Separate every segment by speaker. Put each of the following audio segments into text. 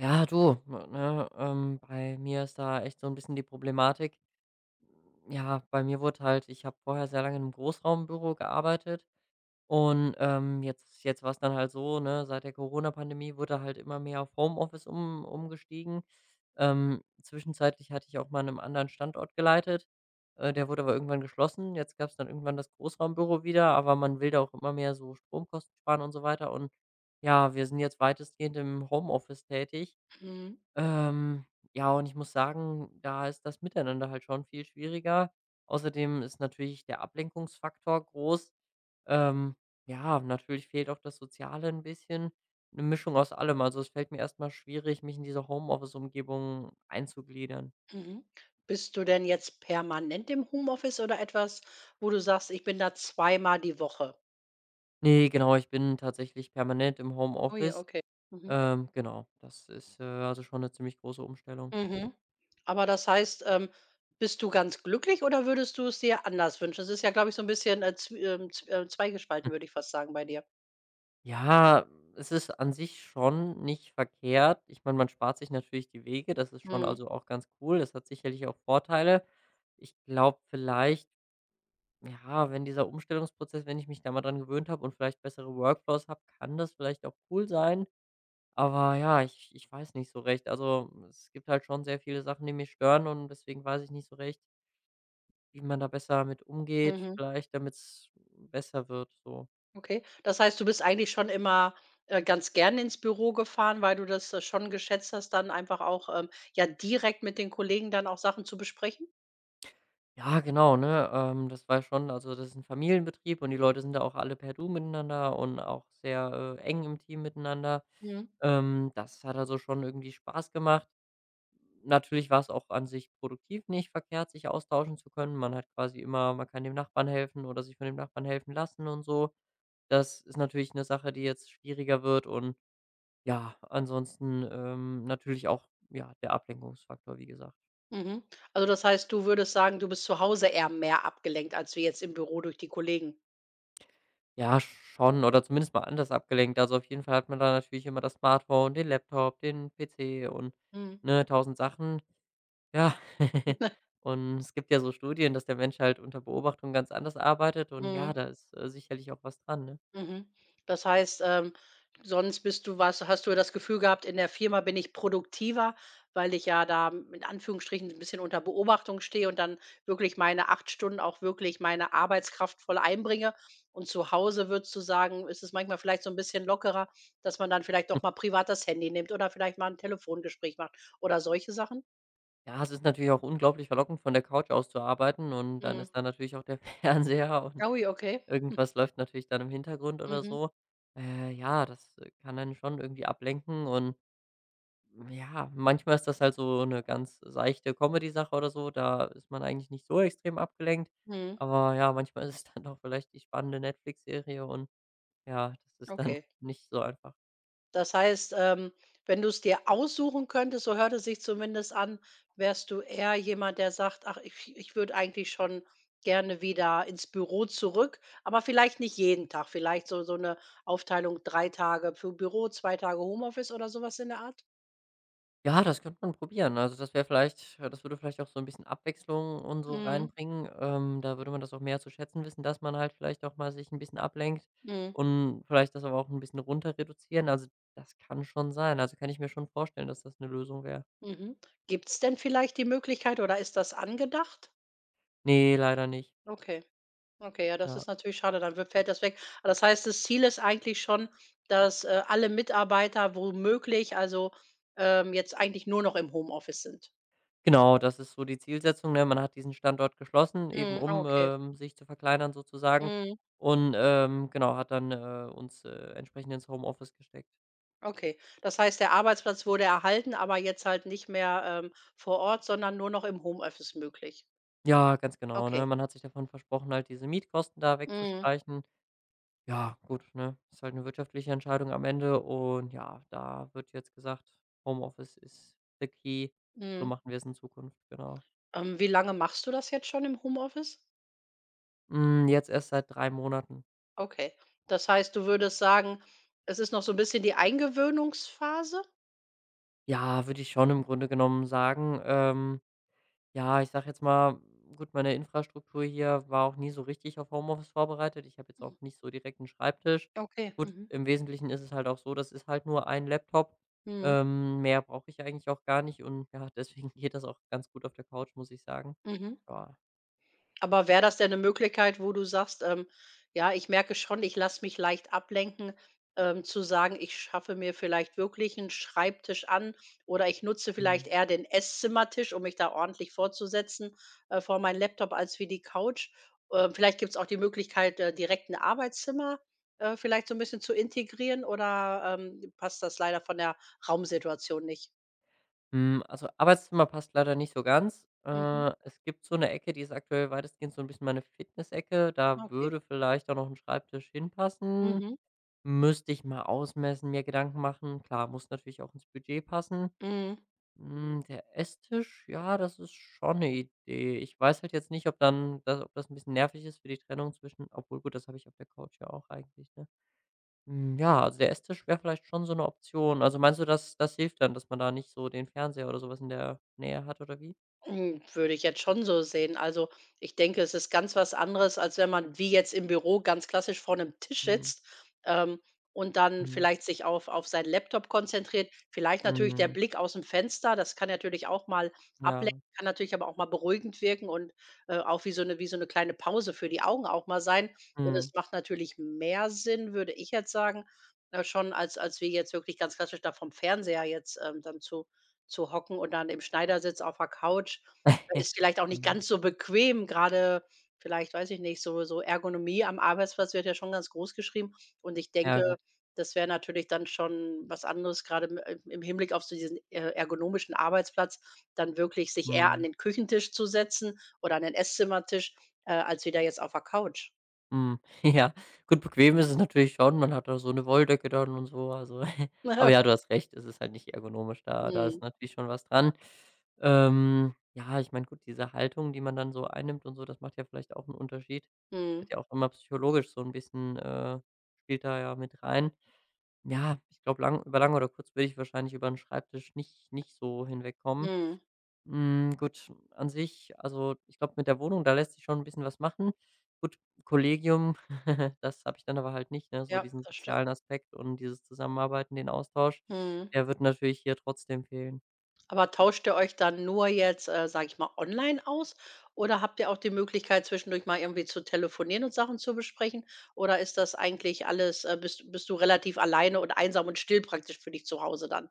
Speaker 1: Ja, du, ne, bei mir ist da echt so ein bisschen die Problematik. Ja, bei mir wurde halt ich habe vorher sehr lange in einem Großraumbüro gearbeitet und, jetzt war es dann halt so, ne, seit der Corona-Pandemie wurde halt immer mehr auf Homeoffice um umgestiegen. Zwischenzeitlich hatte ich auch mal 'nen anderen Standort geleitet, der wurde aber irgendwann geschlossen. Jetzt gab es dann irgendwann das Großraumbüro wieder, aber man will da auch immer mehr so Stromkosten sparen und so weiter und ja, wir sind jetzt weitestgehend im Homeoffice tätig.
Speaker 2: Mhm,
Speaker 1: Ähm, ja, und ich muss sagen, da ist das Miteinander halt schon viel schwieriger. Außerdem ist natürlich der Ablenkungsfaktor groß. Ähm, ja, natürlich fehlt auch das Soziale ein bisschen. Eine Mischung aus allem. Also, es fällt mir erstmal schwierig, mich in diese Homeoffice-Umgebung einzugliedern.
Speaker 2: mhm. Bist du denn jetzt permanent im Homeoffice oder etwas, wo du sagst: „Ich bin da zweimal die Woche?"
Speaker 1: Ne, genau, ich bin tatsächlich permanent im
Speaker 2: Oh ja,
Speaker 1: Homeoffice.
Speaker 2: okay. Mhm.
Speaker 1: Genau, das ist, also, schon eine ziemlich große Umstellung.
Speaker 2: Mhm. Aber das heißt, bist du ganz glücklich oder würdest du es dir anders wünschen? Es ist ja, glaube ich, so ein bisschen, zw zw zweigespalten, würde ich fast sagen, bei dir.
Speaker 1: Ja, es ist an sich schon nicht verkehrt. Ich meine, man spart sich natürlich die Wege, das ist schon
Speaker 2: Mhm,
Speaker 1: also auch ganz cool. Das hat sicherlich auch Vorteile. Ich glaube vielleicht, ja, wenn dieser Umstellungsprozess, wenn ich mich da mal dran gewöhnt habe und vielleicht bessere Workflows habe, kann das vielleicht auch cool sein. Aber ja, ich weiß nicht so recht. Also es gibt halt schon sehr viele Sachen, die mich stören und deswegen weiß ich nicht so recht, wie man da besser mit umgeht,
Speaker 2: mhm,
Speaker 1: vielleicht damit es besser wird. So.
Speaker 2: okay. Das heißt, du bist eigentlich schon immer, ganz gerne ins Büro gefahren, weil du das, schon geschätzt hast, dann einfach auch, ja, direkt mit den Kollegen dann auch Sachen zu besprechen?
Speaker 1: Ja, genau, ne? Das war schon also, das ist ein Familienbetrieb und die Leute sind da auch alle per Du miteinander und auch sehr, eng im Team miteinander.
Speaker 2: Mhm.
Speaker 1: Das hat also schon irgendwie Spaß gemacht. Natürlich war es auch an sich produktiv nicht verkehrt, sich austauschen zu können. Man hat quasi immer man kann dem Nachbarn helfen oder sich von dem Nachbarn helfen lassen und so. Das ist natürlich eine Sache, die jetzt schwieriger wird und ja, ansonsten, natürlich auch, ja, der Ablenkungsfaktor, wie gesagt.
Speaker 2: Mhm. Also das heißt, du würdest sagen, du bist zu Hause eher mehr abgelenkt, als wir jetzt im Büro durch die Kollegen?
Speaker 1: Ja, schon oder zumindest mal anders abgelenkt. Also, auf jeden Fall hat man da natürlich immer das Smartphone, den Laptop, den PC und,
Speaker 2: Mhm.
Speaker 1: ne, tausend Sachen. Ja, und es gibt ja so Studien, dass der Mensch halt unter Beobachtung ganz anders arbeitet und ja,
Speaker 2: Mhm,
Speaker 1: da ist, sicherlich auch was dran, ne?
Speaker 2: mhm. Das heißt, sonst bist du was hast du das Gefühl gehabt, in der Firma bin ich produktiver, weil ich ja da in Anführungsstrichen ein bisschen unter Beobachtung stehe und dann wirklich meine 8 Stunden auch wirklich meine Arbeitskraft voll einbringe. Und zu Hause würdest du sagen, ist es manchmal vielleicht so ein bisschen lockerer, dass man dann vielleicht doch mal privat das Handy nimmt oder vielleicht mal ein Telefongespräch macht oder solche Sachen?
Speaker 1: Ja, es ist natürlich auch unglaublich verlockend, von der Couch aus zu arbeiten und dann
Speaker 2: Mhm.
Speaker 1: ist da natürlich auch der Fernseher und
Speaker 2: Oh je, okay.
Speaker 1: irgendwas läuft natürlich dann im Hintergrund
Speaker 2: Hm,
Speaker 1: oder
Speaker 2: mhm,
Speaker 1: so. Ja, das, kann einen schon irgendwie ablenken und ja, manchmal ist das halt so 'ne ganz seichte Comedy-Sache oder so, da ist man eigentlich nicht so extrem abgelenkt.
Speaker 2: mhm,
Speaker 1: Aber ja, manchmal ist es dann doch vielleicht die spannende Netflix-Serie und ja, das ist dann
Speaker 2: okay.
Speaker 1: nicht so einfach.
Speaker 2: Das heißt, wenn du es dir aussuchen könntest, so hört es sich zumindest an, wärst du eher jemand, der sagt: „Ach, ich würde eigentlich schon gerne wieder ins Büro zurück", aber vielleicht nicht jeden Tag, vielleicht so eine Aufteilung 3 Tage für Büro, 2 Tage Homeoffice oder sowas in der Art?
Speaker 1: Ja, das könnte man probieren. Also, das wäre vielleicht das würde vielleicht auch so ein bisschen Abwechslung und so
Speaker 2: Mhm,
Speaker 1: reinbringen. Da würde man das auch mehr zu schätzen wissen, dass man halt vielleicht auch mal sich ein bisschen ablenkt
Speaker 2: mhm,
Speaker 1: und vielleicht das aber auch ein bisschen runter reduzieren. Also, das kann schon sein. Also, kann ich mir schon vorstellen, dass das eine Lösung wäre.
Speaker 2: mhm. Gibt's denn vielleicht die Möglichkeit oder ist das angedacht?
Speaker 1: Nee, leider nicht.
Speaker 2: Okay. Okay, ja, das
Speaker 1: Ja.
Speaker 2: ist natürlich schade, dann wird fällt das weg. Aber das heißt, das Ziel ist eigentlich schon, dass, alle Mitarbeiter womöglich also, jetzt eigentlich nur noch im Homeoffice sind.
Speaker 1: Genau, das ist so die Zielsetzung, ne? Man hat diesen Standort geschlossen, eben
Speaker 2: Mhm, ah,
Speaker 1: um,
Speaker 2: okay.
Speaker 1: sich zu verkleinern sozusagen
Speaker 2: Mhm,
Speaker 1: und, genau, hat dann, uns, entsprechend ins Homeoffice gesteckt.
Speaker 2: okay. Das heißt, der Arbeitsplatz wurde erhalten, aber jetzt halt nicht mehr, vor Ort, sondern nur noch im Homeoffice möglich.
Speaker 1: Ja, ganz genau, ne?
Speaker 2: Okay.
Speaker 1: Man hat sich davon versprochen, halt diese Mietkosten da
Speaker 2: Mhm,
Speaker 1: wegzustreichen. Ja, gut, ne? Ist halt eine wirtschaftliche Entscheidung am Ende und ja, da wird jetzt gesagt, Homeoffice ist the key. So
Speaker 2: mhm.
Speaker 1: machen wir es in Zukunft, genau.
Speaker 2: Wie lange machst du das jetzt schon im Homeoffice?
Speaker 1: Hm, jetzt erst seit 3 Monaten.
Speaker 2: Okay. Das heißt, du würdest sagen, es ist noch so ein bisschen die Eingewöhnungsphase?
Speaker 1: Ja, würde ich schon im Grunde genommen sagen, ja, ich sag jetzt mal, gut, meine Infrastruktur hier war auch nie so richtig auf Homeoffice vorbereitet. Ich habe jetzt auch nicht so direkt einen Schreibtisch.
Speaker 2: Okay.
Speaker 1: Gut,
Speaker 2: Mhm.
Speaker 1: im Wesentlichen ist es halt auch so, das ist halt nur ein Laptop.
Speaker 2: Mhm.
Speaker 1: Mehr brauche ich eigentlich auch gar nicht und ja, deswegen geht das auch ganz gut auf der Couch, muss ich sagen.
Speaker 2: Mhm.
Speaker 1: Ja,
Speaker 2: Aber wäre das denn eine Möglichkeit, wo du sagst: „Ja, ich merke schon, ich lasse mich leicht ablenken", zu sagen: „Ich schaffe mir vielleicht wirklich einen Schreibtisch an oder ich nutze
Speaker 1: mhm.
Speaker 2: vielleicht eher den Esszimmertisch, um mich da ordentlich vorzusetzen, vor meinen Laptop als wie die Couch." Vielleicht gibt es auch die Möglichkeit, direkt ein Arbeitszimmer, vielleicht so ein bisschen zu integrieren oder, passt das leider von der Raumsituation nicht?
Speaker 1: Also, Arbeitszimmer passt leider nicht so ganz.
Speaker 2: Mhm.
Speaker 1: Es gibt so eine Ecke, die ist aktuell weitestgehend so ein bisschen meine Fitness-Ecke. Da
Speaker 2: Okay.
Speaker 1: würde vielleicht auch noch ein Schreibtisch hinpassen.
Speaker 2: Mhm.
Speaker 1: Müsste ich mal ausmessen, mir Gedanken machen. Klar, muss natürlich auch ins Budget passen.
Speaker 2: Mhm.
Speaker 1: Der Esstisch, ja, das ist schon eine Idee. Ich weiß halt jetzt nicht, ob dann da ob das ein bisschen nervig ist für die Trennung zwischen obwohl gut, das habe ich auf der Couch ja auch eigentlich, ne? Ja, also, der Esstisch wäre vielleicht schon so eine Option. Also, meinst du, dass das hilft dann, dass man da nicht so den Fernseher oder sowas in der Nähe hat oder wie?
Speaker 2: Hm, würde ich jetzt schon so sehen. Also, ich denke, es ist ganz was anderes, als wenn man wie jetzt im Büro ganz klassisch vor einem Tisch
Speaker 1: Mhm,
Speaker 2: sitzt, ähm, und dann
Speaker 1: mhm,
Speaker 2: vielleicht sich auf seinen Laptop konzentriert. Vielleicht natürlich der
Speaker 1: mhm,
Speaker 2: Blick aus dem Fenster, das kann natürlich auch mal ablenken,
Speaker 1: ja,
Speaker 2: kann natürlich aber auch mal beruhigend wirken und, auch wie so eine kleine Pause für die Augen auch mal sein. Und
Speaker 1: mhm.
Speaker 2: es macht natürlich mehr Sinn, würde ich jetzt sagen, schon als wir jetzt wirklich ganz klassisch da vom Fernseher jetzt, dann zu hocken und dann im Schneidersitz auf der Couch ist vielleicht auch nicht
Speaker 1: Ja,
Speaker 2: ganz so bequem, gerade vielleicht, weiß ich nicht, so Ergonomie am Arbeitsplatz wird ja schon ganz groß geschrieben und ich
Speaker 1: ja
Speaker 2: denke,
Speaker 1: gut,
Speaker 2: das wäre natürlich dann schon was anderes, gerade im Hinblick auf so diesen, ergonomischen Arbeitsplatz, dann wirklich sich eher an
Speaker 1: mhm.
Speaker 2: den Küchentisch zu setzen oder an den Esszimmertisch, als wieder jetzt auf der Couch.
Speaker 1: Mhm. Ja, gut, bequem ist es natürlich schon. Man hat da so eine Wolldecke dann und so, also aber ja, du hast recht, es ist halt nicht ergonomisch. Da da ist
Speaker 2: Mhm.
Speaker 1: natürlich schon was dran. Ja, ich meine, gut, diese Haltung, die man dann so einnimmt und so, das macht ja vielleicht auch einen Unterschied.
Speaker 2: Mhm.
Speaker 1: Wird ja auch immer psychologisch so ein bisschen spielt da ja mit rein. Ja, ich glaube, lang über lang oder kurz würde ich wahrscheinlich über einen Schreibtisch nicht so hinwegkommen.
Speaker 2: Mhm.
Speaker 1: Gut, an sich also, ich glaube, mit der Wohnung, da lässt sich schon ein bisschen was machen. Gut, Kollegium, das habe ich dann aber halt nicht, ne, so
Speaker 2: Ja,
Speaker 1: diesen
Speaker 2: das stimmt.
Speaker 1: sozialen Aspekt und dieses Zusammenarbeiten, den Austausch,
Speaker 2: Mhm.
Speaker 1: der wird natürlich hier trotzdem fehlen.
Speaker 2: Aber tauscht ihr euch dann nur jetzt, sage ich mal, online aus oder habt ihr auch die Möglichkeit, zwischendurch mal irgendwie zu telefonieren und Sachen zu besprechen? Oder ist das eigentlich alles bist du relativ alleine und einsam und still praktisch für dich zu Hause dann?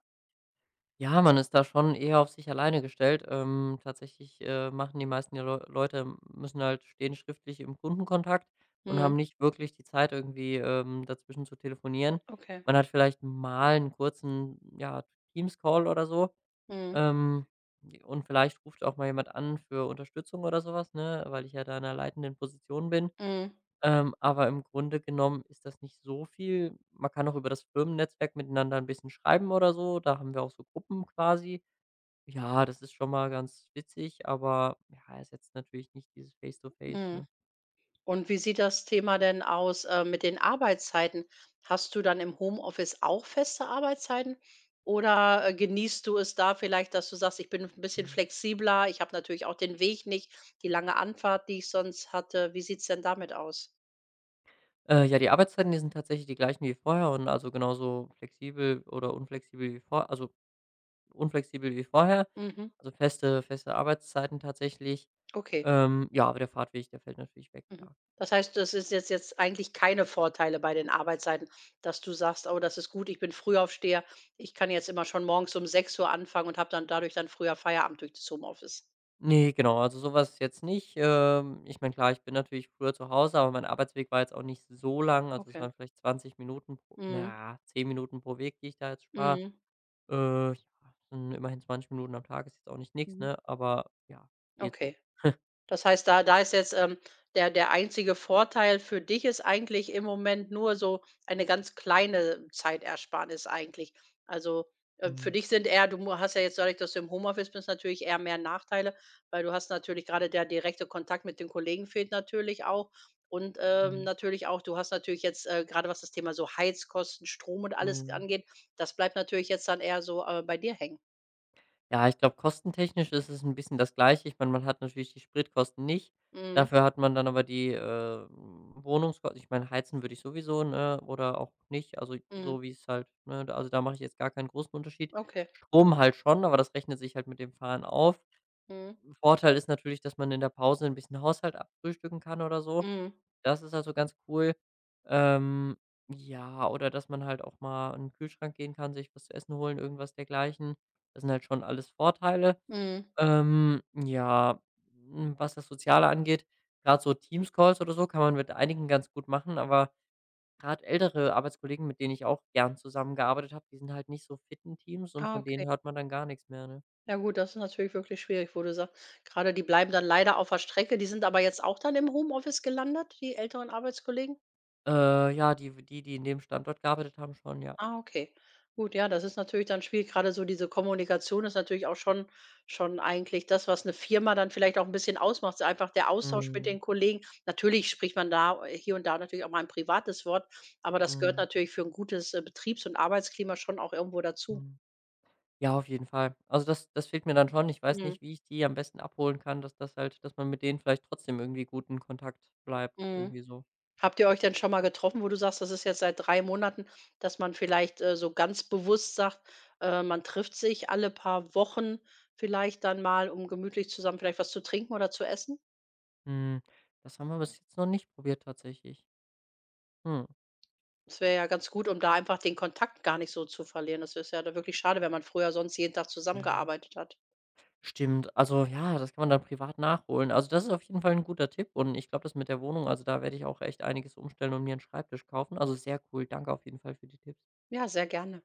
Speaker 1: Ja, man ist da schon eher auf sich alleine gestellt. Tatsächlich, machen die meisten der Leute müssen halt stehen schriftlich im Kundenkontakt und
Speaker 2: Mhm.
Speaker 1: haben nicht wirklich die Zeit, irgendwie, dazwischen zu telefonieren.
Speaker 2: Okay.
Speaker 1: Man hat vielleicht mal einen kurzen, ja, Teams-Call oder so.
Speaker 2: Mhm.
Speaker 1: Ähm, und vielleicht ruft auch mal jemand an für Unterstützung oder sowas, ne, weil ich ja da in 'ner leitenden Position bin.
Speaker 2: Mhm.
Speaker 1: Aber im Grunde genommen ist das nicht so viel. Man kann auch über das Firmennetzwerk miteinander ein bisschen schreiben oder so. Da haben wir auch so Gruppen quasi. Ja, das ist schon mal ganz witzig, aber ja, ersetzt natürlich nicht dieses Face to Face,
Speaker 2: Mhm.
Speaker 1: ne?
Speaker 2: Und wie sieht das Thema denn aus, mit den Arbeitszeiten? Hast du dann im Homeoffice auch feste Arbeitszeiten oder, genießt du es da vielleicht, dass du sagst: „Ich bin ein bisschen
Speaker 1: Mhm.
Speaker 2: flexibler, ich habe natürlich auch den Weg nicht, die lange Anfahrt, die ich sonst hatte." Wie sieht's denn damit aus?
Speaker 1: Ja, die Arbeitszeiten, die sind tatsächlich die gleichen wie vorher und also genauso flexibel oder unflexibel wie vor also unflexibel wie vorher,
Speaker 2: Mhm,
Speaker 1: also feste Arbeitszeiten tatsächlich.
Speaker 2: okay.
Speaker 1: Ja, aber der Fahrtweg, der fällt natürlich weg,
Speaker 2: Mhm.
Speaker 1: klar.
Speaker 2: Das heißt, das ist jetzt eigentlich keine Vorteile bei den Arbeitszeiten, dass du sagst: „Oh, das ist gut, ich bin Frühaufsteher. Ich kann jetzt immer schon morgens um 6 Uhr anfangen und habe dann dadurch dann früher Feierabend durch das Homeoffice."
Speaker 1: Ne, genau, also sowas was jetzt nicht. Ich meine, klar, ich bin natürlich früher zu Hause, aber mein Arbeitsweg war jetzt auch nicht so lang. Also, es
Speaker 2: Okay.
Speaker 1: waren vielleicht 20 Minuten pro na
Speaker 2: Mhm.
Speaker 1: ja, 10 Minuten pro Weg, die ich da jetzt spare.
Speaker 2: Mhm.
Speaker 1: Ja, sind immerhin 20 Minuten am Tag, ist jetzt auch nicht nix,
Speaker 2: Mhm.
Speaker 1: ne, aber ja, geht so.
Speaker 2: Okay. Das heißt, da ist jetzt, der einzige Vorteil für dich ist eigentlich im Moment nur so eine ganz kleine Zeitersparnis eigentlich. Also, für
Speaker 1: Mhm.
Speaker 2: dich sind eher du mu hast ja jetzt dadurch, dass du im Homeoffice bist, natürlich eher mehr Nachteile, weil du hast natürlich gerade der direkte Kontakt mit den Kollegen fehlt natürlich auch und,
Speaker 1: Mhm.
Speaker 2: natürlich auch du hast natürlich jetzt, grade was das Thema so Heizkosten, Strom und alles
Speaker 1: Mhm.
Speaker 2: angeht, das bleibt natürlich jetzt dann eher so, bei dir hängen.
Speaker 1: Ja, ich glaube, kostentechnisch ist es ein bisschen das Gleiche. Ich meine, man hat natürlich die Spritkosten nicht.
Speaker 2: Mhm.
Speaker 1: Dafür hat man dann aber die, Wohnungsko ich meine, heizen würde ich sowieso, ne, oder auch nicht, also
Speaker 2: Mhm.
Speaker 1: so wie es halt ne, da also da mache ich jetzt gar keinen großen Unterschied.
Speaker 2: Okay.
Speaker 1: Strom halt schon, aber das rechnet sich halt mit dem Fahren auf.
Speaker 2: Mhm.
Speaker 1: Vorteil ist natürlich, dass man in der Pause ein bisschen Haushalt abfrühstücken kann oder so.
Speaker 2: Mhm,
Speaker 1: Das ist also ganz cool. Ähm, ja, oder dass man halt auch mal in den Kühlschrank gehen kann, sich was zu essen holen, irgendwas dergleichen. Das sind halt schon alles Vorteile.
Speaker 2: mhm.
Speaker 1: Ähm, ja, Was das Soziale angeht, gerade so Teams-Calls oder so kann man mit einigen ganz gut machen, aber gerade ältere Arbeitskollegen, mit denen ich auch gern zusammengearbeitet habe, die sind halt nicht so fit in Teams und
Speaker 2: Ah,
Speaker 1: von denen
Speaker 2: okay.
Speaker 1: hört man dann gar nichts mehr, ne?
Speaker 2: Ja gut, das ist natürlich wirklich schwierig, wo du sagst grade die bleiben dann leider auf der Strecke. Die sind aber jetzt auch dann im Homeoffice gelandet, die älteren Arbeitskollegen?
Speaker 1: Ja, die die, die in dem Standort gearbeitet haben, schon, ja.
Speaker 2: Ah, okay. Gut, ja, das ist natürlich dann schwierig. Gerade so diese Kommunikation ist natürlich auch schon eigentlich das, was eine Firma dann vielleicht auch ein bisschen ausmacht, so einfach der Austausch mit
Speaker 1: Mhm.
Speaker 2: den Kollegen. Natürlich spricht man da hier und da natürlich auch mal ein privates Wort, aber das gehört
Speaker 1: Mhm.
Speaker 2: natürlich für ein gutes, Betriebs und Arbeitsklima schon auch irgendwo dazu.
Speaker 1: Mhm. Ja, auf jeden Fall. Also, das das fehlt mir dann schon. Ich weiß
Speaker 2: Mhm,
Speaker 1: nicht, wie ich die am besten abholen kann, dass das halt dass man mit denen vielleicht trotzdem irgendwie guten Kontakt bleibt,
Speaker 2: mhm.
Speaker 1: irgendwie so.
Speaker 2: Habt ihr euch denn schon mal getroffen, wo du sagst, das ist jetzt seit 3 Monaten, dass man vielleicht, so ganz bewusst sagt, man trifft sich alle paar Wochen vielleicht dann mal, um gemütlich zusammen vielleicht was zu trinken oder zu essen?
Speaker 1: Mhm. Das haben wir bis jetzt noch nicht probiert tatsächlich. Mhm.
Speaker 2: Das wäre ja ganz gut, um da einfach den Kontakt gar nicht so zu verlieren. Das ist ja da wirklich schade, wenn man früher sonst jeden Tag
Speaker 1: Ja.
Speaker 2: zusammengearbeitet hat.
Speaker 1: Stimmt. Also ja, das kann man dann privat nachholen. Also, das ist auf jeden Fall ein guter Tipp und ich glaube, das mit der Wohnung also, da werde ich auch echt einiges umstellen und mir einen Schreibtisch kaufen. Also, sehr cool. Danke auf jeden Fall für die Tipps.
Speaker 2: Ja, sehr gerne.